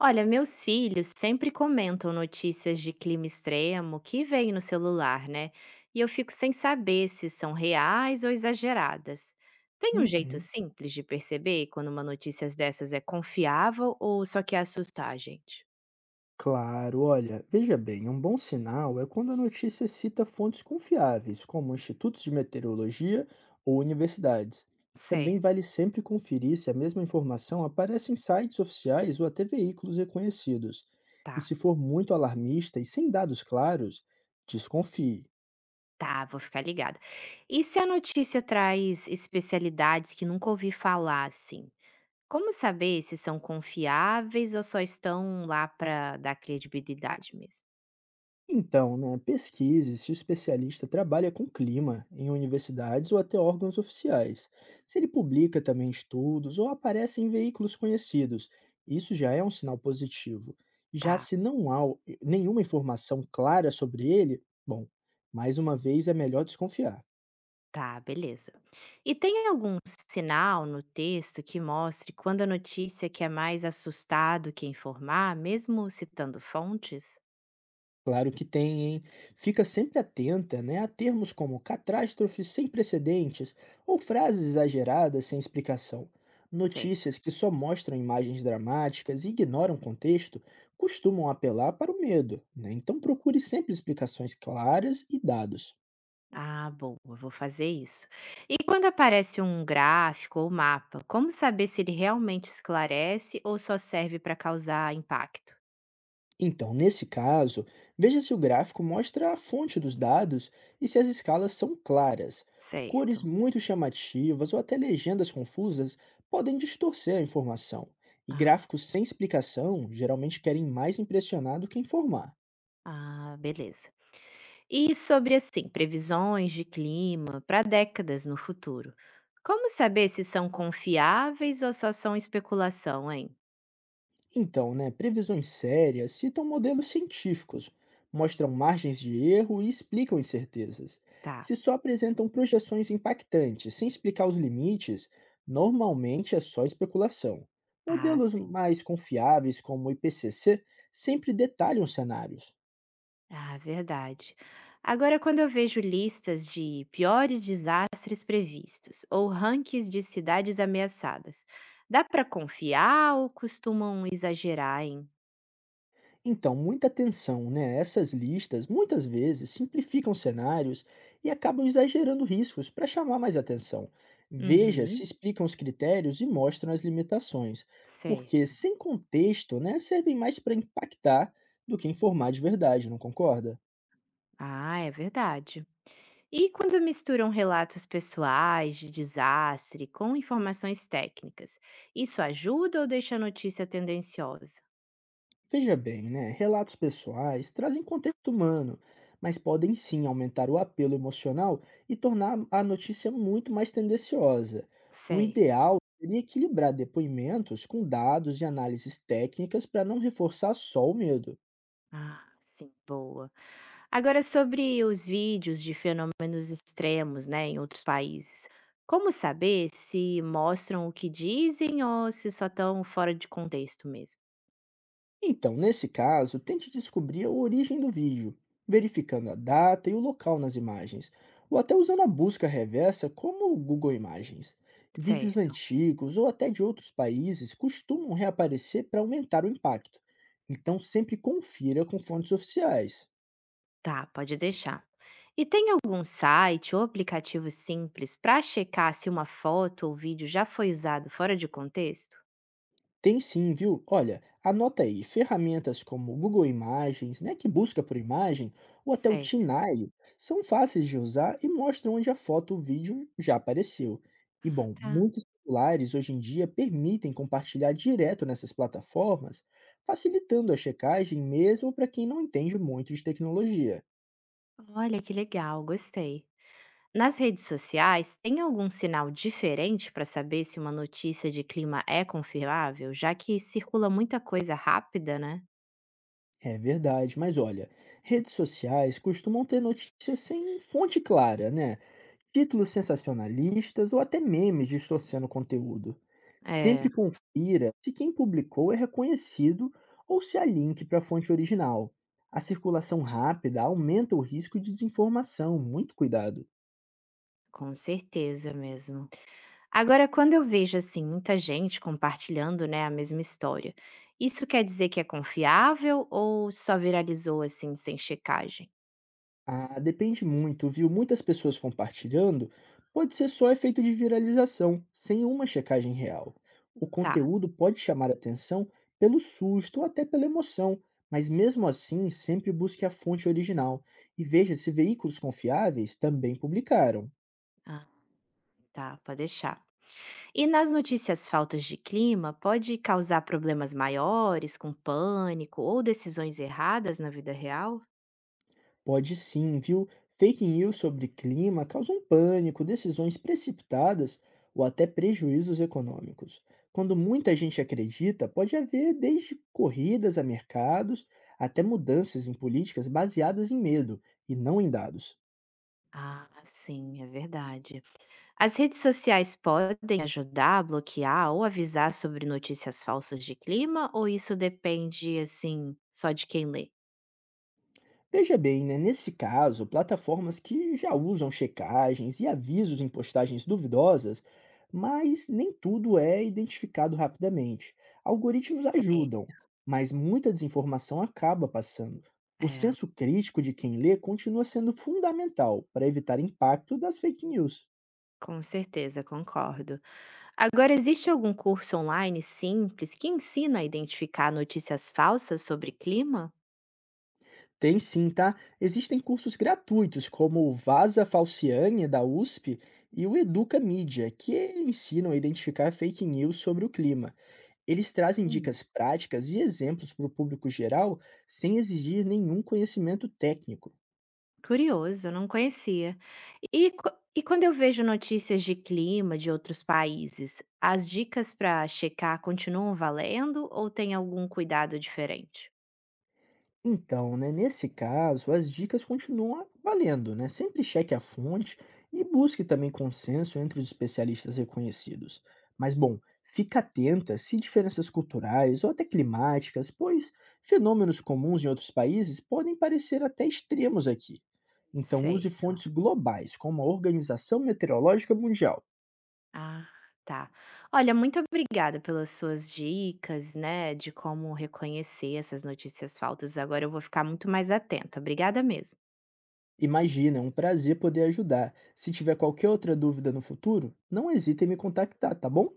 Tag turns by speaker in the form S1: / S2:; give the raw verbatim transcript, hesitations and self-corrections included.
S1: Olha, meus filhos sempre comentam notícias de clima extremo que vêm no celular, né? E eu fico sem saber se são reais ou exageradas. Tem um jeito
S2: Uhum.
S1: simples de perceber quando uma notícia dessas é confiável ou só quer assustar a gente?
S2: Claro, olha, veja bem, um bom sinal é quando a notícia cita fontes confiáveis, como institutos de meteorologia ou universidades. Também
S1: Certo,
S2: vale sempre conferir se a mesma informação aparece em sites oficiais ou até veículos reconhecidos. E
S1: tá.
S2: se for muito alarmista e sem dados claros, desconfie.
S1: Tá, vou ficar ligada. E se a notícia traz especialidades que nunca ouvi falar assim? Como saber se são confiáveis ou só estão lá para dar credibilidade mesmo?
S2: Então, né, pesquise se o especialista trabalha com clima em universidades ou até órgãos oficiais. Se ele publica também estudos ou aparece em veículos conhecidos, isso já é um sinal positivo. Já
S1: Tá.
S2: se não há o- nenhuma informação clara sobre ele, bom, mais uma vez é melhor desconfiar.
S1: Tá, beleza. E tem algum sinal no texto que mostre quando a notícia que é mais assustado que informar, mesmo citando fontes?
S2: Claro que tem, hein? Fica sempre atenta, né, a termos como catástrofes sem precedentes ou frases exageradas sem explicação.
S1: Sei.
S2: Notícias que só mostram imagens dramáticas e ignoram contexto costumam apelar para o medo, né? Então procure sempre explicações claras e dados.
S1: Ah, boa, vou fazer isso. E quando aparece um gráfico ou mapa, como saber se ele realmente esclarece ou só serve para causar impacto?
S2: Então, nesse caso, veja se o gráfico mostra a fonte dos dados e se as escalas são claras. Cores
S1: Certo.
S2: muito chamativas ou até legendas confusas podem distorcer a informação, e
S1: Ah,
S2: gráficos sem explicação geralmente querem mais impressionar do que informar.
S1: ah, beleza. E sobre, assim, previsões de clima para décadas no futuro. Como saber se são confiáveis ou só são especulação, hein?
S2: Então, né, previsões sérias citam modelos científicos, mostram margens de erro e explicam incertezas.
S1: Tá.
S2: Se só apresentam projeções impactantes, sem explicar os limites, normalmente é só especulação.
S1: Ah,
S2: Modelos
S1: sim.
S2: mais confiáveis, como o I P C C, sempre detalham cenários.
S1: Ah, verdade. Agora, quando eu vejo listas de piores desastres previstos ou rankings de cidades ameaçadas, dá para confiar ou costumam exagerar, hein?
S2: Então, muita atenção, né? Essas listas muitas vezes simplificam cenários e acabam exagerando riscos para chamar mais atenção. Veja se
S1: Uhum,
S2: explicam os critérios e mostram as limitações, porque
S1: certo.
S2: sem contexto, né, servem mais para impactar do que informar de verdade, não concorda?
S1: Ah, é verdade. E quando misturam relatos pessoais de desastre com informações técnicas, isso ajuda ou deixa a notícia tendenciosa?
S2: Veja bem, né? Relatos pessoais trazem contexto humano, mas podem sim aumentar o apelo emocional e tornar a notícia muito mais tendenciosa. O
S1: Certo.
S2: ideal seria equilibrar depoimentos com dados e análises técnicas para não reforçar só o medo.
S1: Ah, sim, boa. Agora, sobre os vídeos de fenômenos extremos, né, em outros países, como saber se mostram o que dizem ou se só estão fora de contexto mesmo?
S2: Então, nesse caso, tente descobrir a origem do vídeo, verificando a data e o local nas imagens, ou até usando a busca reversa como o Google Imagens. Vídeos
S1: Certo.
S2: antigos ou até de outros países costumam reaparecer para aumentar o impacto, então sempre confira com fontes oficiais.
S1: Tá, pode deixar. E tem algum site ou aplicativo simples para checar se uma foto ou vídeo já foi usado fora de contexto?
S2: Tem sim, viu? Olha, anota aí, ferramentas como o Google Imagens, né, que busca por imagem, ou até o
S1: Certo.
S2: Tinai, são fáceis de usar e mostram onde a foto ou vídeo já apareceu. E bom,
S1: Tá.
S2: muitos celulares hoje em dia permitem compartilhar direto nessas plataformas, facilitando a checagem mesmo para quem não entende muito de tecnologia.
S1: Olha que legal, gostei. Nas redes sociais, tem algum sinal diferente para saber se uma notícia de clima é confirmável, já que circula muita coisa rápida, né?
S2: É verdade, mas olha, redes sociais costumam ter notícias sem fonte clara, né? Títulos sensacionalistas ou até memes distorcendo o conteúdo.
S1: É,
S2: Sempre confira se quem publicou é reconhecido ou se há link para a fonte original. A circulação rápida aumenta o risco de desinformação, muito cuidado.
S1: com certeza mesmo. Agora, quando eu vejo assim muita gente compartilhando, né, a mesma história, isso quer dizer que é confiável ou só viralizou assim sem checagem?
S2: Ah, depende muito, viu? Muitas pessoas compartilhando pode ser só efeito de viralização, sem uma checagem real. O
S1: Tá,
S2: conteúdo pode chamar atenção pelo susto ou até pela emoção, mas mesmo assim, sempre busque a fonte original e veja se veículos confiáveis também publicaram.
S1: ah, tá, pode deixar. E nas notícias faltas de clima, pode causar problemas maiores, com pânico ou decisões erradas na vida real?
S2: Pode sim, viu? Fake news sobre clima causam pânico, decisões precipitadas ou até prejuízos econômicos. Quando muita gente acredita, pode haver desde corridas a mercados até mudanças em políticas baseadas em medo e não em dados.
S1: Ah, sim, é verdade. As redes sociais podem ajudar a bloquear ou avisar sobre notícias falsas de clima, ou isso depende assim só de quem lê?
S2: Veja bem, né? Nesse caso, plataformas que já usam checagens e avisos em postagens duvidosas, mas nem tudo é identificado rapidamente. Algoritmos
S1: Sei,
S2: ajudam, mas muita desinformação acaba passando. O
S1: é,
S2: senso crítico de quem lê continua sendo fundamental para evitar impacto das fake news.
S1: com certeza, concordo. Agora, existe algum curso online simples que ensina a identificar notícias falsas sobre clima?
S2: Tem sim, tá? Existem cursos gratuitos como o Vaza Falciani da U S P e o Educa Mídia, que ensinam a identificar fake news sobre o clima. Eles trazem
S1: Hum,
S2: dicas práticas e exemplos para o público geral sem exigir nenhum conhecimento técnico.
S1: curioso, não conhecia. E, qu- e quando eu vejo notícias de clima de outros países, as dicas para checar continuam valendo ou tem algum cuidado diferente?
S2: Então, né, nesse caso, as dicas continuam valendo, né? Sempre cheque a fonte e busque também consenso entre os especialistas reconhecidos. Mas, bom, fica atenta se diferenças culturais ou até climáticas, pois fenômenos comuns em outros países podem parecer até extremos aqui. Então,
S1: Sei.
S2: use fontes globais, como a Organização Meteorológica Mundial.
S1: Ah, tá. Olha, muito obrigada pelas suas dicas, né, de como reconhecer essas notícias falsas. Agora eu vou ficar muito mais atenta. Obrigada mesmo.
S2: Imagina, é um prazer poder ajudar. Se tiver qualquer outra dúvida no futuro, não hesite em me contactar, tá bom?